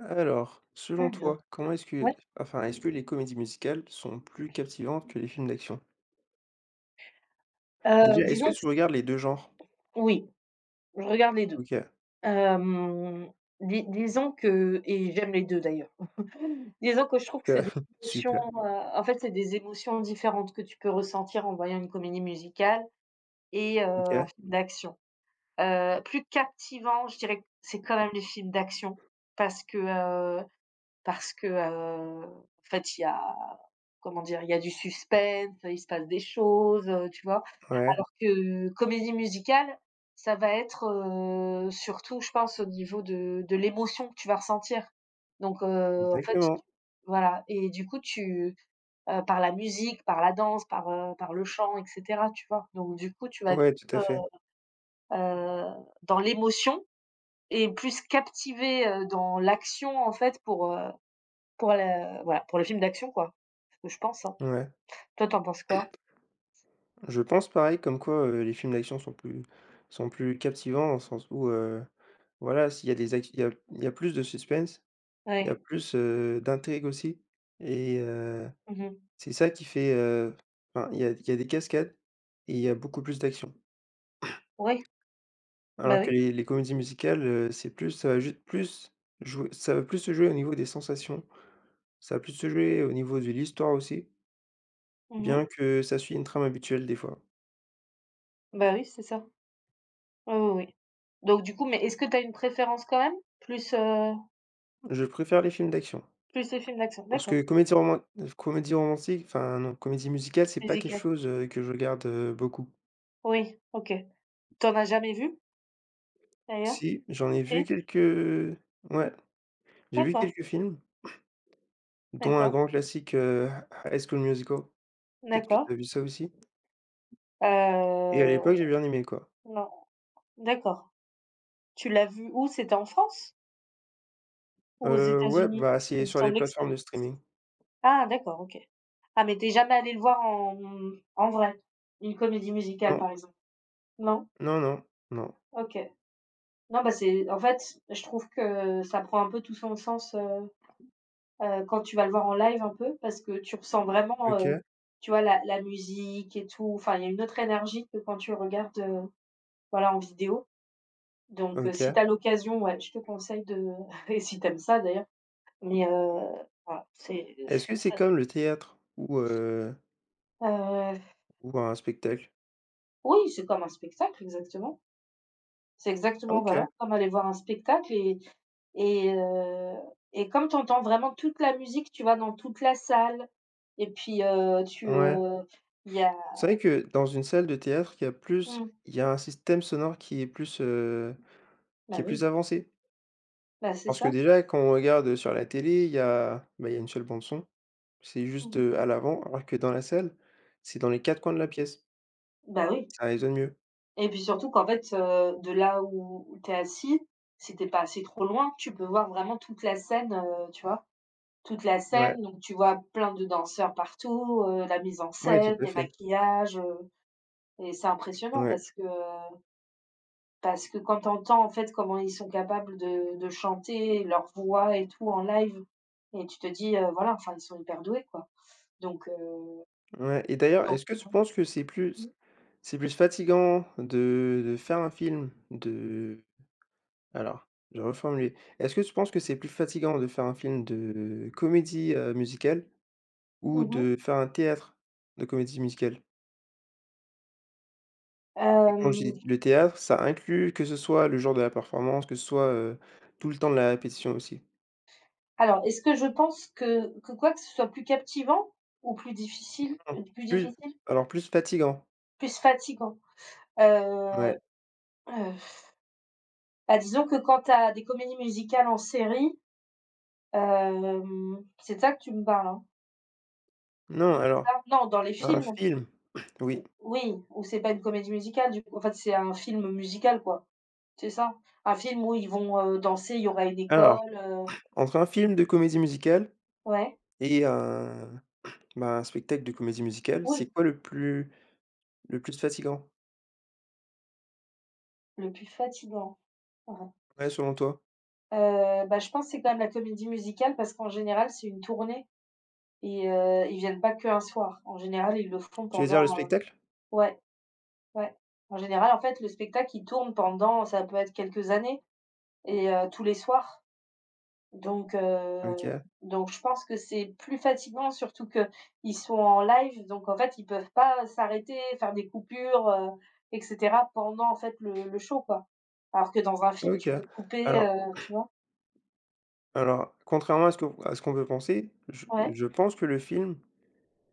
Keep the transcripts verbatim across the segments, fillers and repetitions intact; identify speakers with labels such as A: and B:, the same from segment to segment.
A: Alors, selon
B: Alors,
A: toi, comment est-ce que
B: ouais,
A: enfin, est-ce que les comédies musicales sont plus captivantes que les films d'action?
B: heu,
A: Déjà, est-ce que
B: disons que
A: tu
B: c
A: regardes les deux genres?
B: oui, je regarde les deux.
A: OK,
B: Hem, di disons que et j'aime les deux d'ailleurs. Disons que je trouve que
A: que
B: c'est des émotions,
A: super.
B: heu, en fait, c'est des émotions différentes que tu peux ressentir en voyant une comédie musicale et heu, un
A: OK,
B: film d'action. Heu, plus captivant, je dirais que c'est quand même les films d'action parce que, heu, parce que, heu, en fait, il y a, comment dire? Il y a du suspense, il se passe des choses, heu, tu vois?
A: ouais,
B: Alors que euh, comédie musicale, ça va être, heu, surtout, je pense, au niveau de de l'émotion que tu vas ressentir. Donc, heu, en fait, tu
A: exactement.
B: voilà et du coup, tu, heu, par la musique, par la danse, par, heu, par le chant et cetera, tu vois? Donc du coup, tu vas être
A: Ouais, tout à
B: plus,
A: fait,
B: heu heu, dans l'émotion et plus captivé, heu, dans l'action, en fait, pour, heu, pour le voilà, pour le film d'action, quoi. C'est ce que je pense, hein.
A: ouais.
B: Toi, t'en penses quoi?
A: Je pense pareil comme quoi, heu, les films d'action sont plus sont plus captivants dans le sens où, heu, voilà, s'il y a des ac il y a il y a plus de suspense, il y a
B: Ouais.
A: plus, heu, d'intrigue aussi et heu,
B: Mmh.
A: c'est ça qui fait, heu, enfin, il y a il y a des cascades et il y a beaucoup plus d'action.
B: Oui,
A: Alors
B: bah
A: que
B: oui.
A: les les comédies musicales, heu, c'est plus ça va juste plus jouer ça va plus se jouer au niveau des sensations, ça va plus se jouer au niveau de l'histoire aussi,
B: Mmh.
A: bien que ça suit une trame habituelle des fois.
B: Bah oui, c'est ça. Oui, oui, oui. Donc du coup, mais est-ce que tu as une préférence quand même? Plus, heu,
A: Je préfère les films d'action,
B: plus les films d'action?
A: parce que
B: D'accord,
A: comédie roman comédie romantique enfin non, comédie musicale, c'est pas quelque
B: musical.
A: chose, heu, que je regarde, heu, beaucoup.
B: Oui, OK. T'en as jamais vu d'ailleurs?
A: Si, j'en ai vu
B: Si?
A: quelques ouais, j'ai vu
B: D'accord,
A: quelques films, dont un
B: d'accord,
A: grand classique, heu, High School Musical. Peut-être que tu
B: d'accord.
A: as vu ça aussi? Et à l'époque,
B: Heu,
A: j'ai bien aimé, quoi.
B: non, d'accord. Tu l'as vu où? C'était en France? Ou aux
A: Heu, ouais,
B: États-Unis?
A: bah, c'est
B: Il me
A: sur les
B: semblait que
A: plateformes
B: c'était
A: de streaming.
B: ah d'accord, OK. Ah mais t'es jamais allé le voir en en vrai? Une comédie musicale
A: Non,
B: par exemple? Non?
A: non, non, non.
B: OK. Non, bah, c'est en fait, je trouve que ça prend un peu tout son sens, heu heu, quand tu vas le voir en live un peu parce que tu ressens vraiment, heu,
A: OK,
B: tu vois la la musique et tout, enfin il y a une autre énergie que quand tu regardes, heu, voilà en vidéo. Donc heu, si
A: OK.
B: tu as l'occasion, ouais, je te conseille de et si t'aimes ça d'ailleurs, mais heu, voilà, c'est
A: Est-ce que
B: c'est
A: c'est
B: ça.
A: comme le théâtre ou heu,
B: Heu,
A: ou un spectacle?
B: oui, c'est comme un spectacle exactement. C'est
A: Ah,
B: exactement,
A: OK,
B: voilà, comme aller voir un spectacle et et heu et comme tu entends vraiment toute la musique, tu vas dans toute la salle et puis, heu, tu,
A: ouais.
B: heu, il y a
A: C'est vrai que dans une salle de théâtre, il y a plus
B: mmh,
A: il y a un système sonore qui est plus, heu, qui
B: bah
A: est plus
B: oui.
A: avancé.
B: Bah, c'est
A: Parce que
B: ça.
A: déjà, quand on regarde sur la télé, il y a, bah, il y a une seule bande son. C'est juste,
B: Mmh.
A: heu, à l'avant, alors que dans la salle, c'est dans les quatre coins de la pièce.
B: Bah, oui
A: Ça résonne mieux.
B: et puis surtout qu'en fait, heu, de là où où tu es assis, si tu pas assis trop loin, tu peux voir vraiment toute la scène, heu, tu vois? Toute la
A: Ouais,
B: scène, donc tu vois plein de danseurs partout, heu, la mise en
A: ouais, tout
B: scène,
A: à
B: les
A: fait.
B: maquillages, heu et c'est impressionnant
A: Ouais.
B: parce que parce que quand t'entends en fait, comment ils sont capables de de chanter, leur voix et tout en live et tu te dis, heu, voilà, enfin, ils sont hyper doués, quoi, donc heu,
A: Ouais et d'ailleurs,
B: donc
A: est-ce que tu penses que c'est
B: mmh
A: plus
B: mh.
A: c'est plus fatigant de de faire un film de alors, je reformule. Est-ce que tu penses que c'est plus fatigant de faire un film de comédie, heu, musicale ou
B: Mmh.
A: de faire un théâtre de comédie musicale? Et quand je dis le théâtre, ça inclut que ce soit le jour de la performance, que ce soit, heu, tout le temps de la répétition aussi.
B: Alors, est-ce que je pense que que quoi? Que ce soit plus captivant ou plus difficile?
A: Non,
B: Heu, plus
A: plus
B: difficile?
A: alors plus fatigant.
B: Plus fatigant?
A: Ouais.
B: Heu, heu, bah, disons que quand tu as des comédies musicales en série, hem, c'est de ça que tu me parles, hein?
A: Non,
B: C'est
A: alors,
B: ça? Non, dans les
A: un
B: films?
A: film oui.
B: O Oui, où c'est pas une comédie musicale du coup. En fait, c'est un film musical, quoi, c'est ça? Un film où ils vont, heu, danser, il y aura une
A: Alors,
B: école. heu
A: entre un film de comédie musicale
B: ouais,
A: et heu, bah, un spectacle de comédie musicale, c'est
B: oui,
A: quoi le plus le plus fatigant?
B: le plus fatigant, ouais.
A: Ouais, selon toi?
B: Heu, bah, je pense que c'est quand même la comédie musicale parce qu'en général, c'est une tournée. Et heu, ils viennent pas qu'un soir. En général, ils le font
A: Tu veux dire
B: pendant.
A: le
B: heu
A: spectacle?
B: ouais, ouais. En général, en fait, le spectacle, il tourne pendant ça peut être quelques années et heu, tous les soirs. Donc heu,
A: OK,
B: donc je pense que c'est plus fatigant, surtout que ils sont en live, donc en fait, ils peuvent pas s'arrêter, faire des coupures, heu et cetera pendant, en fait, le le show, quoi. Alors que dans un film,
A: OK.
B: tu peux couper,
A: Alors
B: heu, tu vois?
A: alors, contrairement à ce que à ce qu'on peut penser, je
B: Ouais.
A: je pense que le film,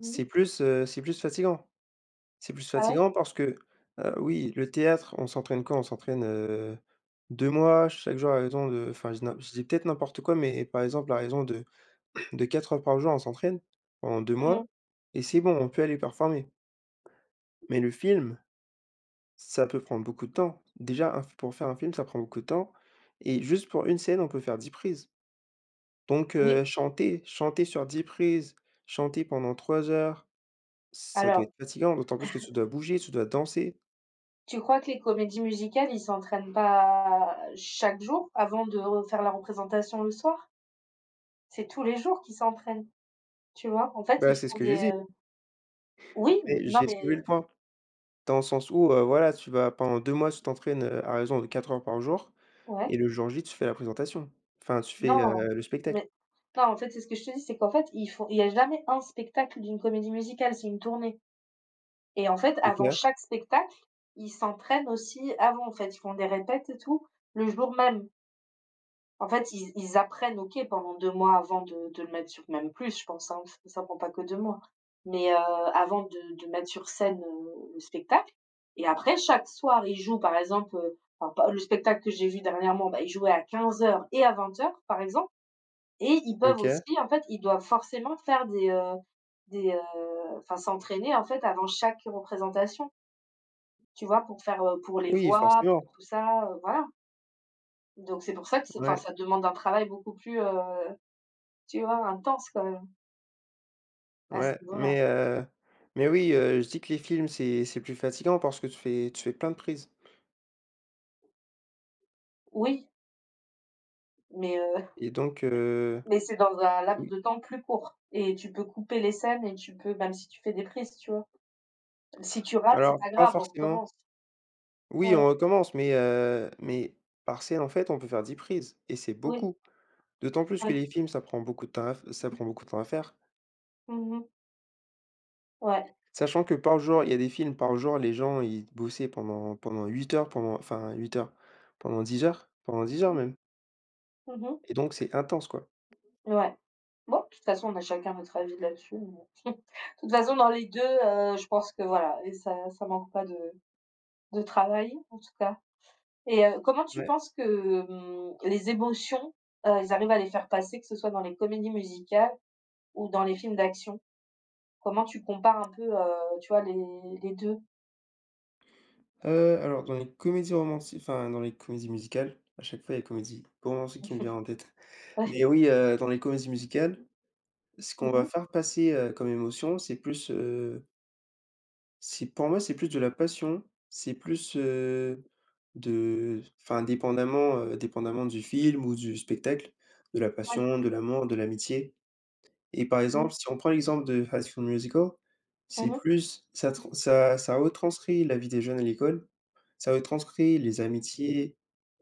A: c'est
B: Mmh.
A: plus, heu, c'est plus fatigant. C'est plus
B: Ah ouais?
A: fatigant parce que, heu, oui, le théâtre, on s'entraîne quoi? On s'entraîne, heu, deux mois, chaque jour à raison de enfin, je dis n'im je dis peut-être n'importe quoi, mais par exemple, à raison de de quatre heures par jour, on s'entraîne pendant deux mois
B: Mmh.
A: et c'est bon, on peut aller performer. Mais le film ça peut prendre beaucoup de temps. Déjà, un f pour faire un film, ça prend beaucoup de temps et juste pour une scène, on peut faire dix prises. Donc
B: Oui.
A: heu, chanter chanter sur dix prises, chanter pendant trois heures, ça doit
B: Alors,
A: être fatigant, d'autant plus que tu dois bouger, tu dois danser.
B: tu crois que les comédies musicales, ils s'entraînent pas chaque jour avant de re faire la représentation le soir? C'est tous les jours qu'ils s'entraînent, tu vois? En fait,
A: Bah,
B: ils
A: c'est ce
B: font
A: que
B: des,
A: j'ai dit,
B: heu oui, n-
A: mais
B: non,
A: j'ai
B: mais
A: soulevé le point. Dans le sens où, heu, voilà, tu vas pendant deux mois, tu t'entraînes, heu, à raison de quatre heures par jour et
B: ouais,
A: le jour J, tu fais la présentation. Enfin, tu fais,
B: non,
A: heu, le spectacle.
B: mais non, en fait, c'est ce que je te dis, c'est qu'en fait, ils font il y a jamais un spectacle d'une comédie musicale, c'est une tournée et en fait, avant
A: OK,
B: chaque spectacle, ils s'entraînent aussi avant, en fait. Ils font des répètes et tout, le jour même. En fait, ils ils apprennent, OK, pendant deux mois avant de de le mettre sur même plus, je pense, hein, parce que ça prend pas que deux mois. Mais, heu, avant de de mettre sur scène, heu, le spectacle et après chaque soir, ils jouent, par exemple, heu, enfin pas le spectacle que j'ai vu dernièrement, bah, ils jouaient à quinze heures et à vingt heures, par exemple et ils peuvent
A: OK.
B: aussi en fait, ils doivent forcément faire des, heu, des, heu, enfin s'entraîner, en fait, avant chaque représentation, tu vois? Pour faire, heu, pour les
A: Oui,
B: voix,
A: forcément.
B: pour tout ça, heu, voilà. Donc c'est pour ça que c'est enfin,
A: Ouais.
B: ça demande un travail beaucoup plus, heu tu vois? Intense quand même, à ce
A: Ouais,
B: niveau-là.
A: mais heu, mais oui, heu, je dis que les films, c'est c'est plus fatigant parce que tu fais tu fais plein de prises
B: Oui, mais heu,
A: et donc heu,
B: mais c'est dans un laps
A: oui,
B: de temps plus court et tu peux couper les scènes et tu peux même si tu fais des prises, tu vois? Si tu rates, c'est
A: alors
B: pas
A: pas
B: grave, on
A: forcément
B: recommence.
A: oui, on
B: Ouais,
A: recommence, mais heu, mais par scène, en fait, on peut faire dix prises et c'est
B: oui,
A: beaucoup. D'autant plus que
B: ouais.
A: les films, ça prend beaucoup de temps à f ça prend beaucoup de temps à faire.
B: Mmh. Ouais.
A: Sachant que par
B: Ouais.
A: jour, il y a des films, par jour, les gens, ils bossaient pendant pendant huit heures, pendant enfin huit heures, pendant dix heures, pendant dix heures
B: Mmh.
A: même
B: Mmh.
A: et donc c'est intense, quoi.
B: Ouais. Bon, de toute façon, on a chacun notre avis là-dessus, mais de toute façon, dans les deux, heu, je pense que voilà et ça ça manque pas de de travail, en tout cas et heu, comment tu
A: Ouais.
B: penses que, mmh, les émotions, heu, ils arrivent à les faire passer, que ce soit dans les comédies musicales ou dans les films d'action? Comment tu compares un peu, heu, tu vois, les les deux.
A: Heu, alors dans les comédies romantiques, enfin dans les comédies musicales, à chaque fois il y a comédie romantique qui me vient en tête.
B: Ouais.
A: Mais oui, heu, dans les comédies musicales, ce
B: Mmh
A: qu'on va
B: mh.
A: faire passer, heu, comme émotion, c'est plus, heu, c'est pour moi, c'est plus de la passion, c'est plus, heu, de enfin dépendamment, heu, dépendamment du film ou du spectacle, de la
B: Ouais.
A: passion, de l'amour, de l'amitié. Et par
B: Mmh mh.
A: exemple, si on prend l'exemple de High School Musical,
B: Mmh
A: c'est
B: mh.
A: plus ça tran ça ça retranscrit la vie des jeunes à l'école, ça retranscrit les amitiés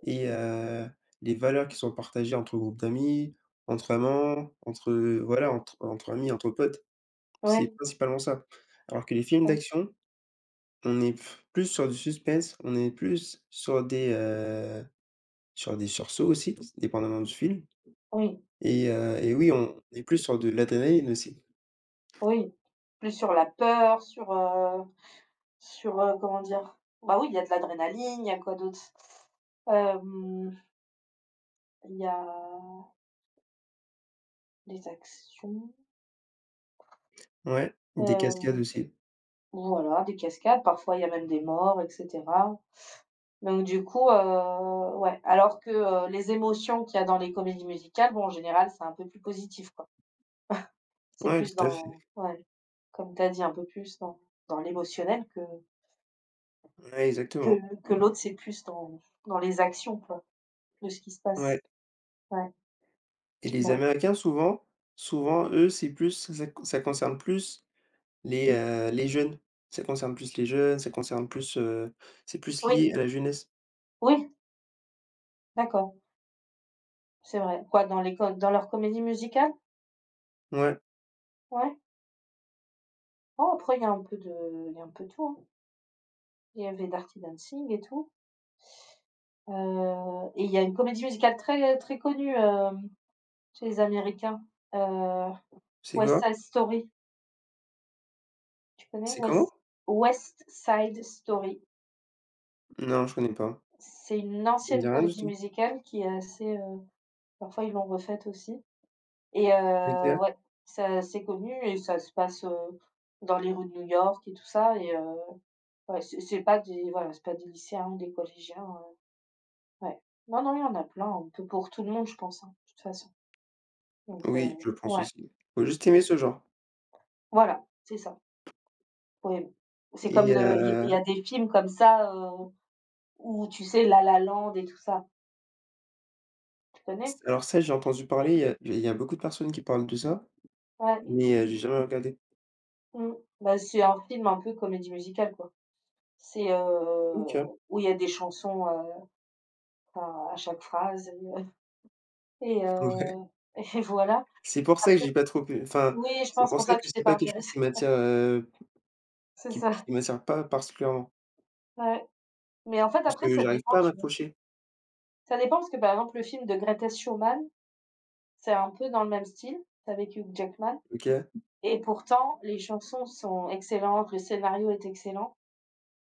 A: et heu, les valeurs qui sont partagées entre groupes d'amis, entre amants, entre, voilà, entre entre amis, entre potes. C'est
B: Ouais,
A: principalement ça. Alors que les films
B: ouais.
A: d'action, on est p- plus sur du suspense, on est plus sur des, heu, sur des sursauts aussi, dépendamment du film
B: Oui,
A: et heu et oui, on est plus sur de l'adrénaline aussi.
B: oui. Plus sur la peur, sur, heu, sur, heu, comment dire? Bah, oui, il y a de l'adrénaline, il y a quoi d'autre? Hem, il y a les actions,
A: Ouais, des
B: heu,
A: cascades aussi.
B: voilà, des cascades, parfois il y a même des morts et cetera. Donc du coup, heu, ouais. Alors que, heu, les émotions qu'il y a dans les comédies musicales, bon, en général, c'est un peu plus positif, quoi. C'est
A: Ouais,
B: plus
A: tout à
B: dans
A: fait.
B: ouais, comme tu as dit, un peu plus dans dans l'émotionnel que
A: Ouais, exactement.
B: que que l'autre, c'est plus dans dans les actions, quoi, de ce qui se
A: Ouais
B: passe. Ouais,
A: et les
B: bah,
A: Américains souvent souvent eux, c'est plus ça ça concerne plus les, heu, les jeunes. Ça concerne plus les jeunes, ça concerne plus, heu, c'est plus
B: oui.
A: lié à la jeunesse.
B: Oui, oui, d'accord, c'est vrai. Quoi, dans les co dans leur comédie musicale.
A: Ouais.
B: Ouais? Oh, après il y a un peu de il y a un peu de tout, hein. Il y avait Dirty Dancing et tout, heu et il y a une comédie musicale très très connue, hem, chez les Américains, heu,
A: C'est
B: West
A: quoi?
B: Side Story. Tu connais?
A: C'est comment?
B: West West Side Story.
A: Non, je connais pas.
B: C'est une
A: Ça me dit
B: ancienne
A: rien du
B: comédie
A: tout.
B: musicale qui est assez. Heu parfois ils l'ont refaite aussi et
A: OK.
B: heu, ouais, ça c'est connu et ça se passe, heu, dans les rues de New York et tout ça et heu, ouais, c'est c'est pas des voilà, c'est pas des lycéens ou des collégiens, heu, ouais. Non, non, il y en a plein, un peu pour tout le monde, je pense, hein, de toute façon. Donc heu,
A: Oui, je pense
B: ouais,
A: aussi. Faut juste
B: mmh,
A: aimer ce genre
B: voilà, c'est ça, ouais. C'est comme
A: et
B: le il y il
A: heu,
B: y a des films comme ça, heu, où tu sais La La Land et tout ça, tu
A: c
B: connais?
A: alors ça, j'ai entendu parler, il y a il y a beaucoup de personnes qui parlent de ça,
B: Ouais.
A: mais heu, j'ai jamais regardé.
B: Mmh. Bah, c'est un film un peu comédie musicale, quoi. C'est, heu,
A: OK.
B: où il y a des chansons, heu, enfin, à chaque phrase et euh, et
A: Ouais.
B: heu et voilà.
A: C'est pour ça que
B: Après
A: j'ai pas trop pu enfin,
B: oui, je
A: c'est
B: pense
A: pour
B: pour
A: ça
B: ça
A: que
B: que tu t'es
A: c'est
B: pas
A: pas quelque chose qui
B: intéressée.
A: m'attire, heu,
B: C'est
A: qui
B: ça,
A: qui m'attire pas particulièrement.
B: ouais. Mais en fait,
A: Parce
B: après,
A: que
B: ça
A: j'arrive
B: dépend,
A: pas à
B: tu vois?
A: m'accrocher.
B: Ça dépend parce que, par exemple, le film de Greatest Schumann, c'est un peu dans le même style, c'est avec Hugh Jackman
A: OK.
B: et pourtant les chansons sont excellentes, le scénario est excellent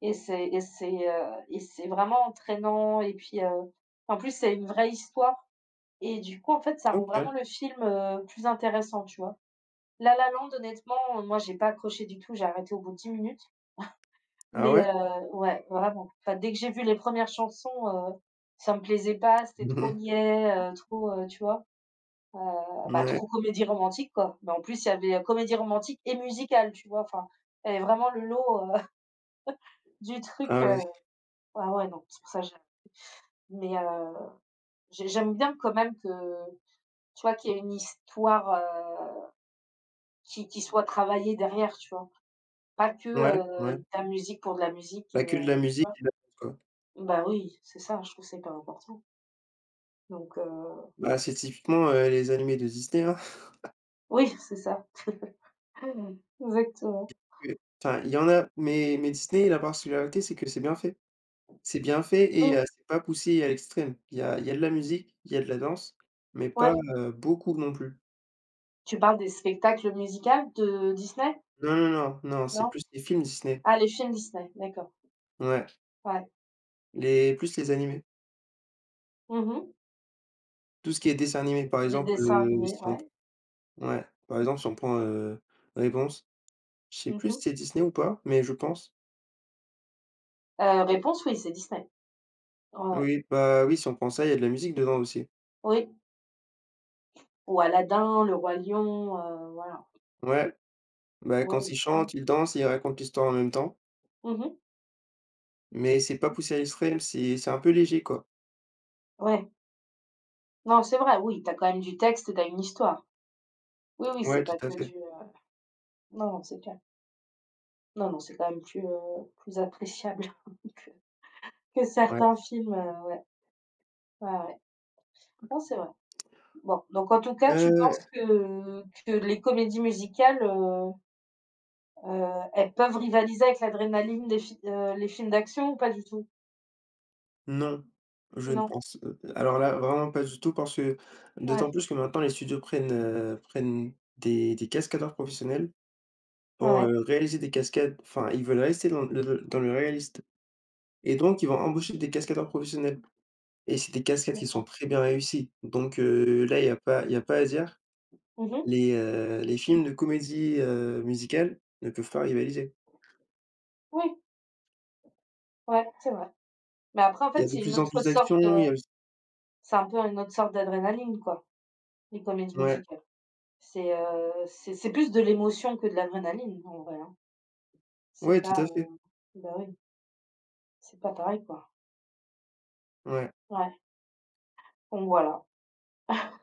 B: et c'est et c'est, heu et c'est vraiment entraînant et puis, heu, en plus, c'est une vraie histoire. Et du coup, en fait, ça rend vraiment
A: OK.
B: le film, heu, plus intéressant, tu vois? La La Land, honnêtement, heu, moi, j'ai pas accroché du tout, j'ai arrêté au bout de dix minutes,
A: Ah
B: mais
A: ouais?
B: heu, ouais, vraiment. Enfin, dès que j'ai vu les premières chansons, heu, ça me plaisait pas, c'était trop niais, heu, trop, heu, tu vois? Heu, bah,
A: Mouais.
B: trop comédie romantique, quoi. Mais en plus, il y avait, heu, comédie romantique et musicale, tu vois? Enfin, il y avait vraiment le lot, heu, du truc,
A: Ah
B: heu
A: ouais.
B: ah ouais, non, c'est pour ça que j'ai mais, heu, j'ai j'aime bien quand même que, tu vois, qu'il y ait une histoire, heu Qui qui soit travaillée derrière, tu vois? Pas que,
A: Ouais,
B: heu,
A: ouais.
B: de la musique pour de la musique et
A: Bah, que de la
B: heu, tu
A: musique
B: vois?
A: et de la danse, quoi.
B: Bah, oui, c'est ça, je trouve que c'est hyper important. Donc heu,
A: Bah, c'est typiquement, heu, les animés de Disney, hein.
B: oui, c'est ça. Exactement.
A: Que enfin, il y en a mais mais Disney, la particularité, c'est que c'est bien fait. C'est bien fait et
B: Mmh,
A: heu, c'est pas poussé à l'extrême. Il y a il y a de la musique, il y a de la danse, mais pas,
B: ouais.
A: heu, beaucoup non plus.
B: Tu parles des spectacles musicaux de Disney?
A: Non, non, non, non, c'est
B: Non?
A: plus les films Disney.
B: Ah, les films Disney, d'accord.
A: Ouais,
B: Ouais.
A: les plus les animés.
B: Mhm.
A: Tout ce qui est dessin animé, par
B: Des
A: exemple,
B: dessins
A: heu,
B: animés,
A: si on p
B: ouais.
A: ouais, par exemple, si on prend, heu, réponse, je sais
B: Mhm.
A: plus si
B: Mh.
A: c'est Disney ou pas, mais je pense.
B: Réponse oui, c'est Disney. Ouais, ouais.
A: Oui, bah, oui, si on prend ça, il y a de la musique dedans aussi.
B: Oui, ou Aladdin, Le Roi Lion, heu, voilà.
A: Ouais, bah,
B: Oui,
A: quand
B: oui,
A: ils
B: clairement.
A: chantent, ils dansent et ils racontent l'histoire en même temps,
B: Mhm.
A: mais c'est pas poussé à l'extrême, c'est c'est un peu léger, quoi.
B: Ouais. Non, c'est vrai, oui, t'as quand même du texte, t'as une histoire. Oui, oui,
A: Ouais,
B: c'est
A: tout
B: pas
A: à
B: que
A: fait.
B: du, heu non, non, c'est clair. Non, non, c'est quand même plus, heu, plus appréciable que que
A: Ouais.
B: certains films, heu, ouais. Ouais, ouais. Non, c'est vrai. Bon, donc en tout cas, tu
A: Heu
B: penses que que les comédies musicales, heu heu, elles peuvent rivaliser avec l'adrénaline des fi heu, les films d'action ou pas du tout?
A: Non, je ne
B: Non?
A: pense, heu, alors là, vraiment pas du tout parce que
B: Ouais,
A: d'autant plus que maintenant les studios prennent, heu, prennent des des cascadeurs professionnels
B: ouais,
A: pour,
B: ouais,
A: heu, réaliser des cascades. Enfin, ils veulent rester dans le dans le réaliste et donc ils vont embaucher des cascadeurs professionnels et c'est des cascades qui sont
B: d'accord.
A: très bien réussies donc heu, là, il y a pas il y a pas à dire.
B: Mmh.
A: Les, heu, les films de comédie, heu, musicale ne peuvent pas rivaliser.
B: Oui, ouais, c'est vrai. Mais après, en
A: Il y a
B: fait,
A: de
B: c'est une
A: plus en
B: autre
A: plus
B: sorte, heu,
A: d'actions, il y a
B: c'est un peu une autre sorte d'adrénaline, quoi, les comédies
A: ouais,
B: musicales. C'est, heu, c'est c'est plus de l'émotion que de l'adrénaline, en vrai, hein. C'est
A: ouais, tout à
B: pas,
A: fait,
B: heu, bah, oui, c'est pas pareil, quoi.
A: ouais.
B: Ouais, donc voilà,